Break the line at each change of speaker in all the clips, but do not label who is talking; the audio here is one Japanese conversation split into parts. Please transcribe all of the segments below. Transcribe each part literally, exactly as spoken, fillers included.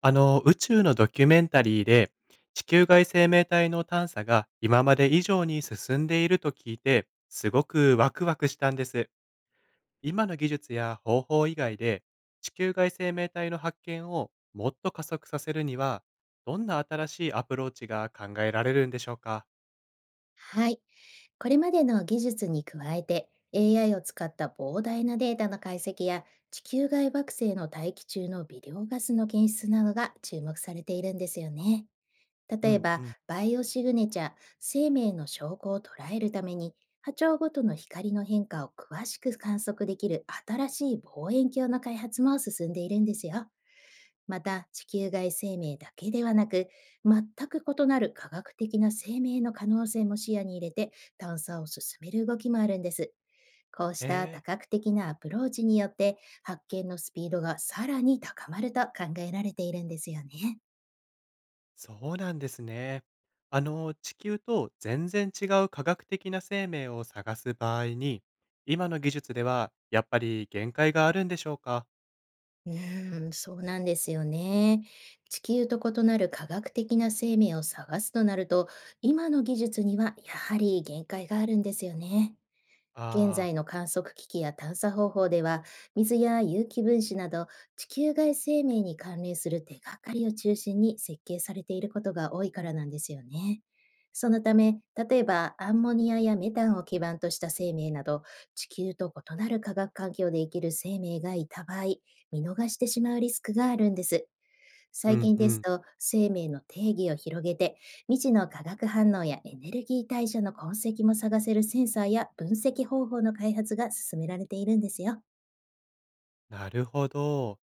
あの、宇宙のドキュメンタリーで、地球外生命体の探査が今まで以上に進んでいると聞いて、すごくワクワクしたんです。今の技術や方法以外で、地球外生命体の発見をもっと加速させるには、どんな新しいアプローチが考えられるんでしょうか？
はい。これまでの技術に加えて、エーアイ を使った膨大なデータの解析や地球外惑星の大気中の微量ガスの検出などが注目されているんですよね。
う
例え
んう
ば、
ん。
バイオシグネチャ、生命の証拠を捉えるために、波長ごとの光の変化を詳しく観測できる新しい望遠鏡の開発も進んでいるんですよ。また、地球外生命だけではなく、全く異なる科学的な生命の可能性も視野に入れて、探査を進める動きもあるんです。こうした
へ
多
え。
角的なアプローチによって、発見のスピードがさらに高まると考えられているんですよね。
そうなんですね。あの、地球と全然違う科学的な生命を探す場合に、今の技術ではやっぱり限界があるんでしょうか？
うーん、そうなんですよね。地球と異なる科学的な生命を探すとなると、今の技術にはやはり限界があるんですよね。現
ああ、
在の観測機器や探査方法では、水や有機分子など地球外生命に関連する手がかりを中心に設計されていることが多いからなんですよね。そのため、例えばアンモニアやメタンを基盤とした生命など、地球と異なる化学環境で生きる生命がいた場合、見逃してしまうリスクがあるんです。
う
最
ん
近
う
です
ん。
と、生命の定義を広げて、未知の化学反応やエネルギー代謝の痕跡も探せるセンサーや分析方法の開発が進められているんですよ。
なるほど。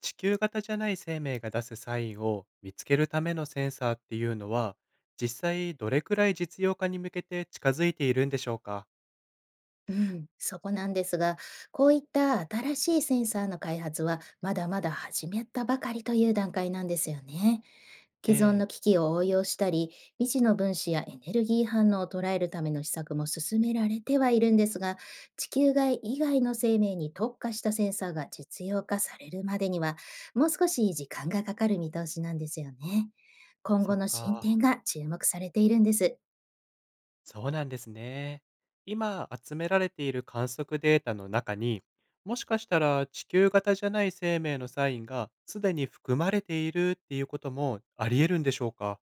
地球型じゃない生命が出すサインを見つけるためのセンサーっていうのは、実際どれくらい実用化に向けて近づいているんでしょうか？
うん、そこなんですが、こういった新しいセンサーの開発はまだまだ始めたばかりという段階なんですよね。
え
既存
え、
の機器を応用したり、未知の分子やエネルギー反応を捉えるための施策も進められてはいるんですが、地球外以外の生命に特化したセンサーが実用化されるまでには、もう少し時間がかかる見通しなんですよね。今
そ
後
っ
の進
か。
展が注目されているんです。
そうなんですね。今集められている観測データの中に、もしかしたら地球型じゃない生命のサインがすでに含まれているっていうこともあり得るんでしょうか？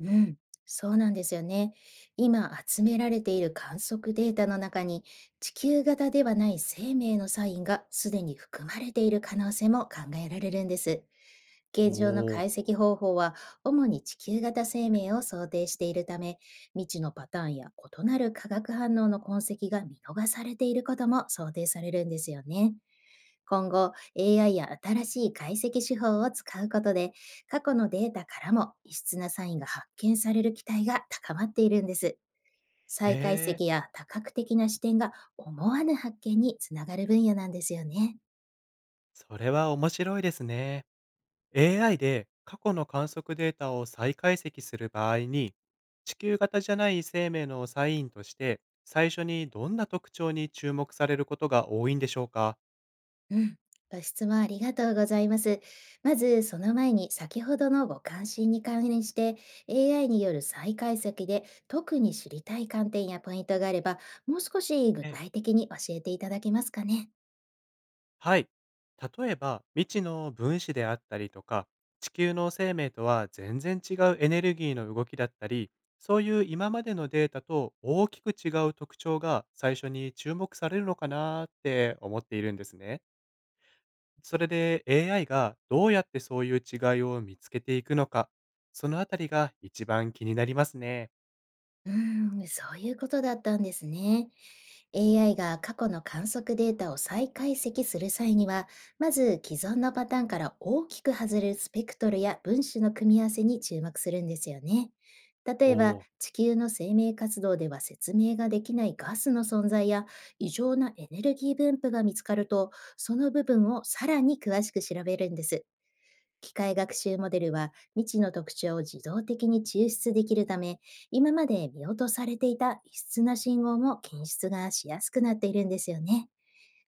うん、そうなんですよね。今集められている観測データの中に地球型ではない生命のサインがすでに含まれている可能性も考えられるんです。現状の
おー、
解析方法は主に地球型生命を想定しているため、未知のパターンや異なる化学反応の痕跡が見逃されていることも想定されるんですよね。今後、エーアイ や新しい解析手法を使うことで、過去のデータからも異質なサインが発見される期待が高まっているんです。
へ
再解
え、
析や多角的な視点が思わぬ発見につながる分野なんですよね。
それは面白いですね。エーアイ で過去の観測データを再解析する場合に、地球型じゃない生命のサインとして、最初にどんな特徴に注目されることが多いんでしょうか？
うん。ご質問ありがとうございます。まず、その前に先ほどのご関心に関連して、エーアイ による再解析で特に知りたい観点やポイントがあれば、もう少し具
ええ、
体的に教えていただけますかね。
はい。例えば、未知の分子であったりとか、地球の生命とは全然違うエネルギーの動きだったり、そういう今までのデータと大きく違う特徴が最初に注目されるのかなーって思っているんですね。それで エーアイ がどうやってそういう違いを見つけていくのか、そのあたりが一番気になりますね。
うーん、そういうことだったんですね。エーアイ が過去の観測データを再解析する際には、まず既存のパターンから大きく外れるスペクトルや分子の組み合わせに注目するんですよね。例えば、
おー。
地球の生命活動では説明ができないガスの存在や異常なエネルギー分布が見つかると、その部分をさらに詳しく調べるんです。機械学習モデルは未知の特徴を自動的に抽出できるため、今まで見落とされていた異質な信号も検出がしやすくなっているんですよね。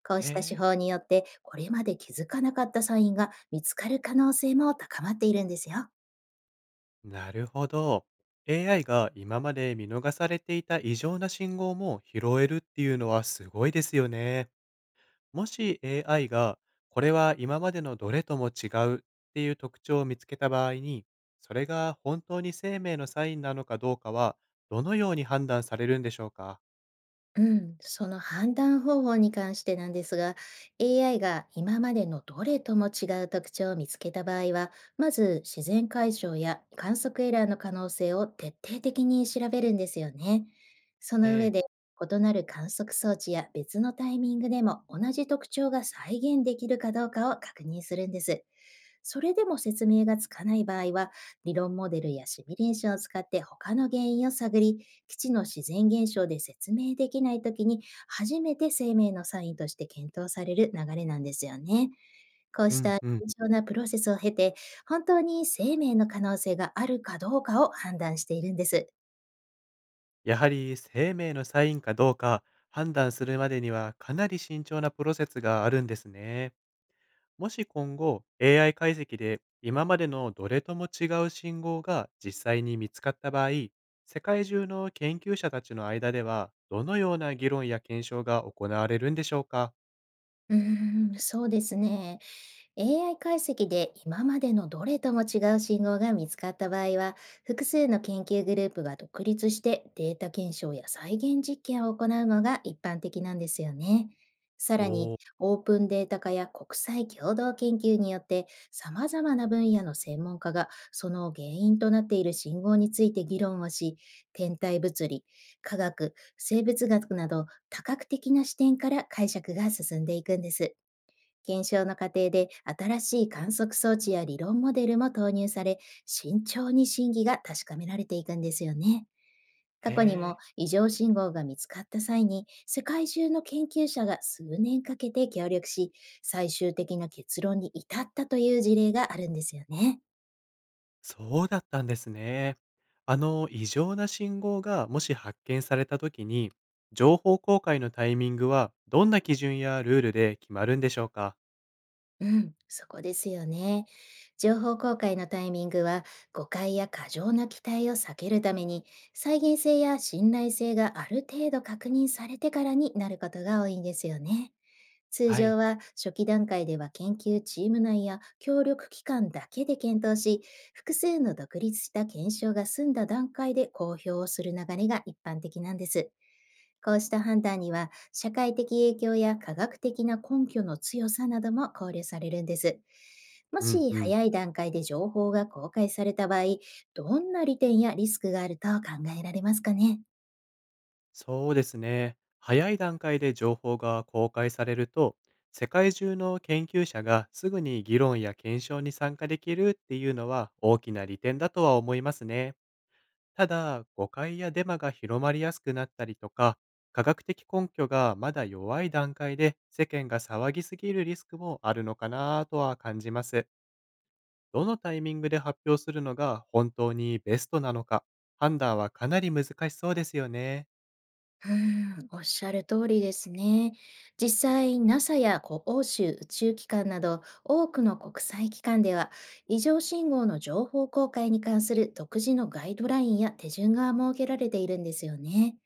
こう
へ
した手
ー。
法によって、これまで気づかなかったサインが見つかる可能性も高まっているんですよ。
なるほど。エーアイ が今まで見逃されていた異常な信号も拾えるっていうのはすごいですよね。もし エーアイ がこれは今までのどれとも違うっていう特徴を見つけた場合に、それが本当に生命のサインなのかどうかはどのように判断されるんでしょうか？
うん、その判断方法に関してなんですが、エーアイ が今までのどれとも違う特徴を見つけた場合は、まず自然解消や観測エラーの可能性を徹底的に調べるんですよね。そ
え
の上
え。
で、異なる観測装置や別のタイミングでも同じ特徴が再現できるかどうかを確認するんです。それでも説明がつかない場合は、理論モデルやシミュレーションを使って他の原因を探り、基地の自然現象で説明できないときに、初めて生命のサインとして検討される流れなんですよね。こう
う
し
ん
た
うん。
慎重なプロセスを経て、本当に生命の可能性があるかどうかを判断しているんです。
やはり生命のサインかどうか判断するまでにはかなり慎重なプロセスがあるんですね。もし今後 エーアイ 解析で今までのどれとも違う信号が実際に見つかった場合、世界中の研究者たちの間ではどのような議論や検証が行われるんでしょうか？
うーん、そうですね。エーアイ 解析で今までのどれとも違う信号が見つかった場合は、複数の研究グループが独立してデータ検証や再現実験を行うのが一般的なんですよね。さ
お
らに、
ー、
オープンデータ化や国際共同研究によって、様々な分野の専門家がその原因となっている信号について議論をし、天体物理、科学、生物学など多角的な視点から解釈が進んでいくんです。検証の過程で新しい観測装置や理論モデルも投入され、慎重に真偽が確かめられていくんですよね。
へ
過去に
え、
も異常信号が見つかった際に、世界中の研究者が数年かけて協力し、最終的な結論に至ったという事例があるんですよね。
そうだったんですね。あの、異常な信号がもし発見されたときに、情報公開のタイミングはどんな基準やルールで決まるんでしょうか？
うん、そこですよね。情報公開のタイミングは、誤解や過剰な期待を避けるために、再現性や信頼性がある程度確認されてからになることが多いんですよね。通
はい。
常は初期段階では研究チーム内や協力機関だけで検討し、複数の独立した検証が済んだ段階で公表をする流れが一般的なんです。こうした判断には社会的影響や科学的な根拠の強さなども考慮されるんです。も
うん
し
うん。
早い段階で情報が公開された場合、どんな利点やリスクがあると考えられますかね？
そうですね。早い段階で情報が公開されると、世界中の研究者がすぐに議論や検証に参加できるっていうのは大きな利点だとは思いますね。ただ、誤解やデマが広まりやすくなったりとか、科学的根拠がまだ弱い段階で世間が騒ぎすぎるリスクもあるのかなとは感じます。どのタイミングで発表するのが本当にベストなのか、判断はかなり難しそうですよね。
うーん、おっしゃる通りですね。実際、NASA やこう欧州宇宙機関など多くの国際機関では、異常信号の情報公開に関する独自のガイドラインや手順が設けられているんですよね。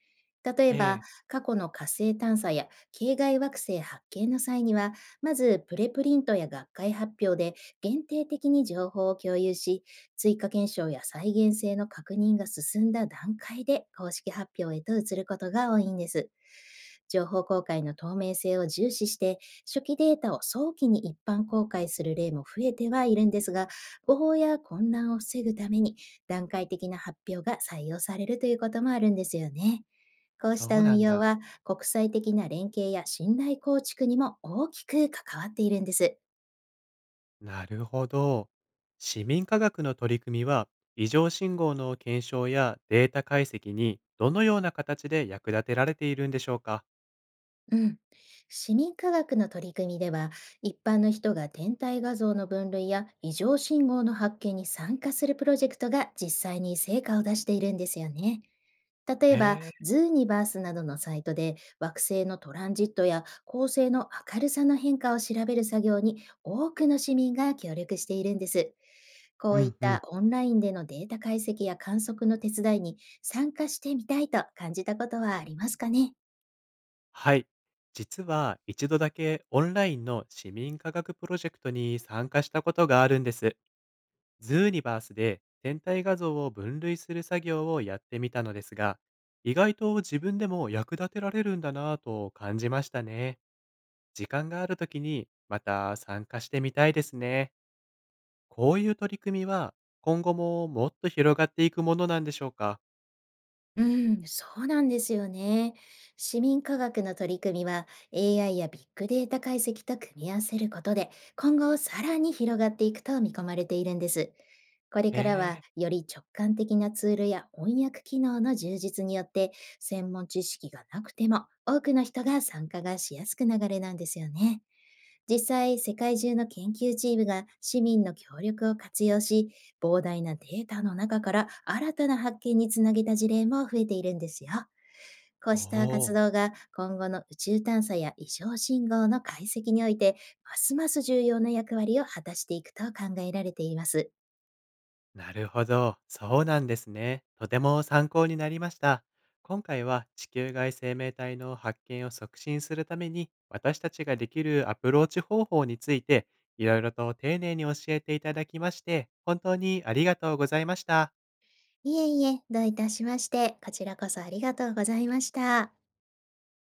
例え
え
ば、
え、
過去の火星探査や系外惑星発見の際には、まずプレプリントや学会発表で限定的に情報を共有し、追加検証や再現性の確認が進んだ段階で公式発表へと移ることが多いんです。情報公開の透明性を重視して、初期データを早期に一般公開する例も増えてはいるんですが、誤報や混乱を防ぐために段階的な発表が採用されるということもあるんですよね。こう
そ
した
うな
運
ん
用
だ。
は国際的な連携や信頼構築にも大きく関わっているんです。
なるほど。市民科学の取り組みは、異常信号の検証やデータ解析にどのような形で役立てられているんでしょうか？
うん。市民科学の取り組みでは、一般の人が天体画像の分類や異常信号の発見に参加するプロジェクトが実際に成果を出しているんですよね。例
へ
えば、
え、
ズーニバースなどのサイトで惑星のトランジットや恒星の明るさの変化を調べる作業に多くの市民が協力しているんです。こ
う
ういっ
んうん。
たオンラインでのデータ解析や観測の手伝いに参加してみたいと感じたことはありますかね？
はい。実は一度だけオンラインの市民科学プロジェクトに参加したことがあるんです。ズーニバースで天体画像を分類する作業をやってみたのですが、意外と自分でも役立てられるんだなぁと感じましたね。時間があるときにまた参加してみたいですね。こういう取り組みは今後ももっと広がっていくものなんでしょうか？
うん、そうなんですよね。市民科学の取り組みは、 エーアイ やビッグデータ解析と組み合わせることで、今後さらに広がっていくと見込まれているんです。これ
へ
からは
え、
より直感的なツールや翻訳機能の充実によって、専門知識がなくても多くの人が参加がしやすくなる流れなんですよね。実際、世界中の研究チームが市民の協力を活用し、膨大なデータの中から新たな発見につなげた事例も増えているんですよ。こう
お
した活
お、
動が今後の宇宙探査や異常信号の解析において、ますます重要な役割を果たしていくと考えられています。
なるほど。そうなんですね。とても参考になりました。今回は地球外生命体の発見を促進するために私たちができるアプローチ方法についていろいろと丁寧に教えていただきまして本当にありがとうございました。
いえいえ、どういたしまして、こちらこそありがとうございました。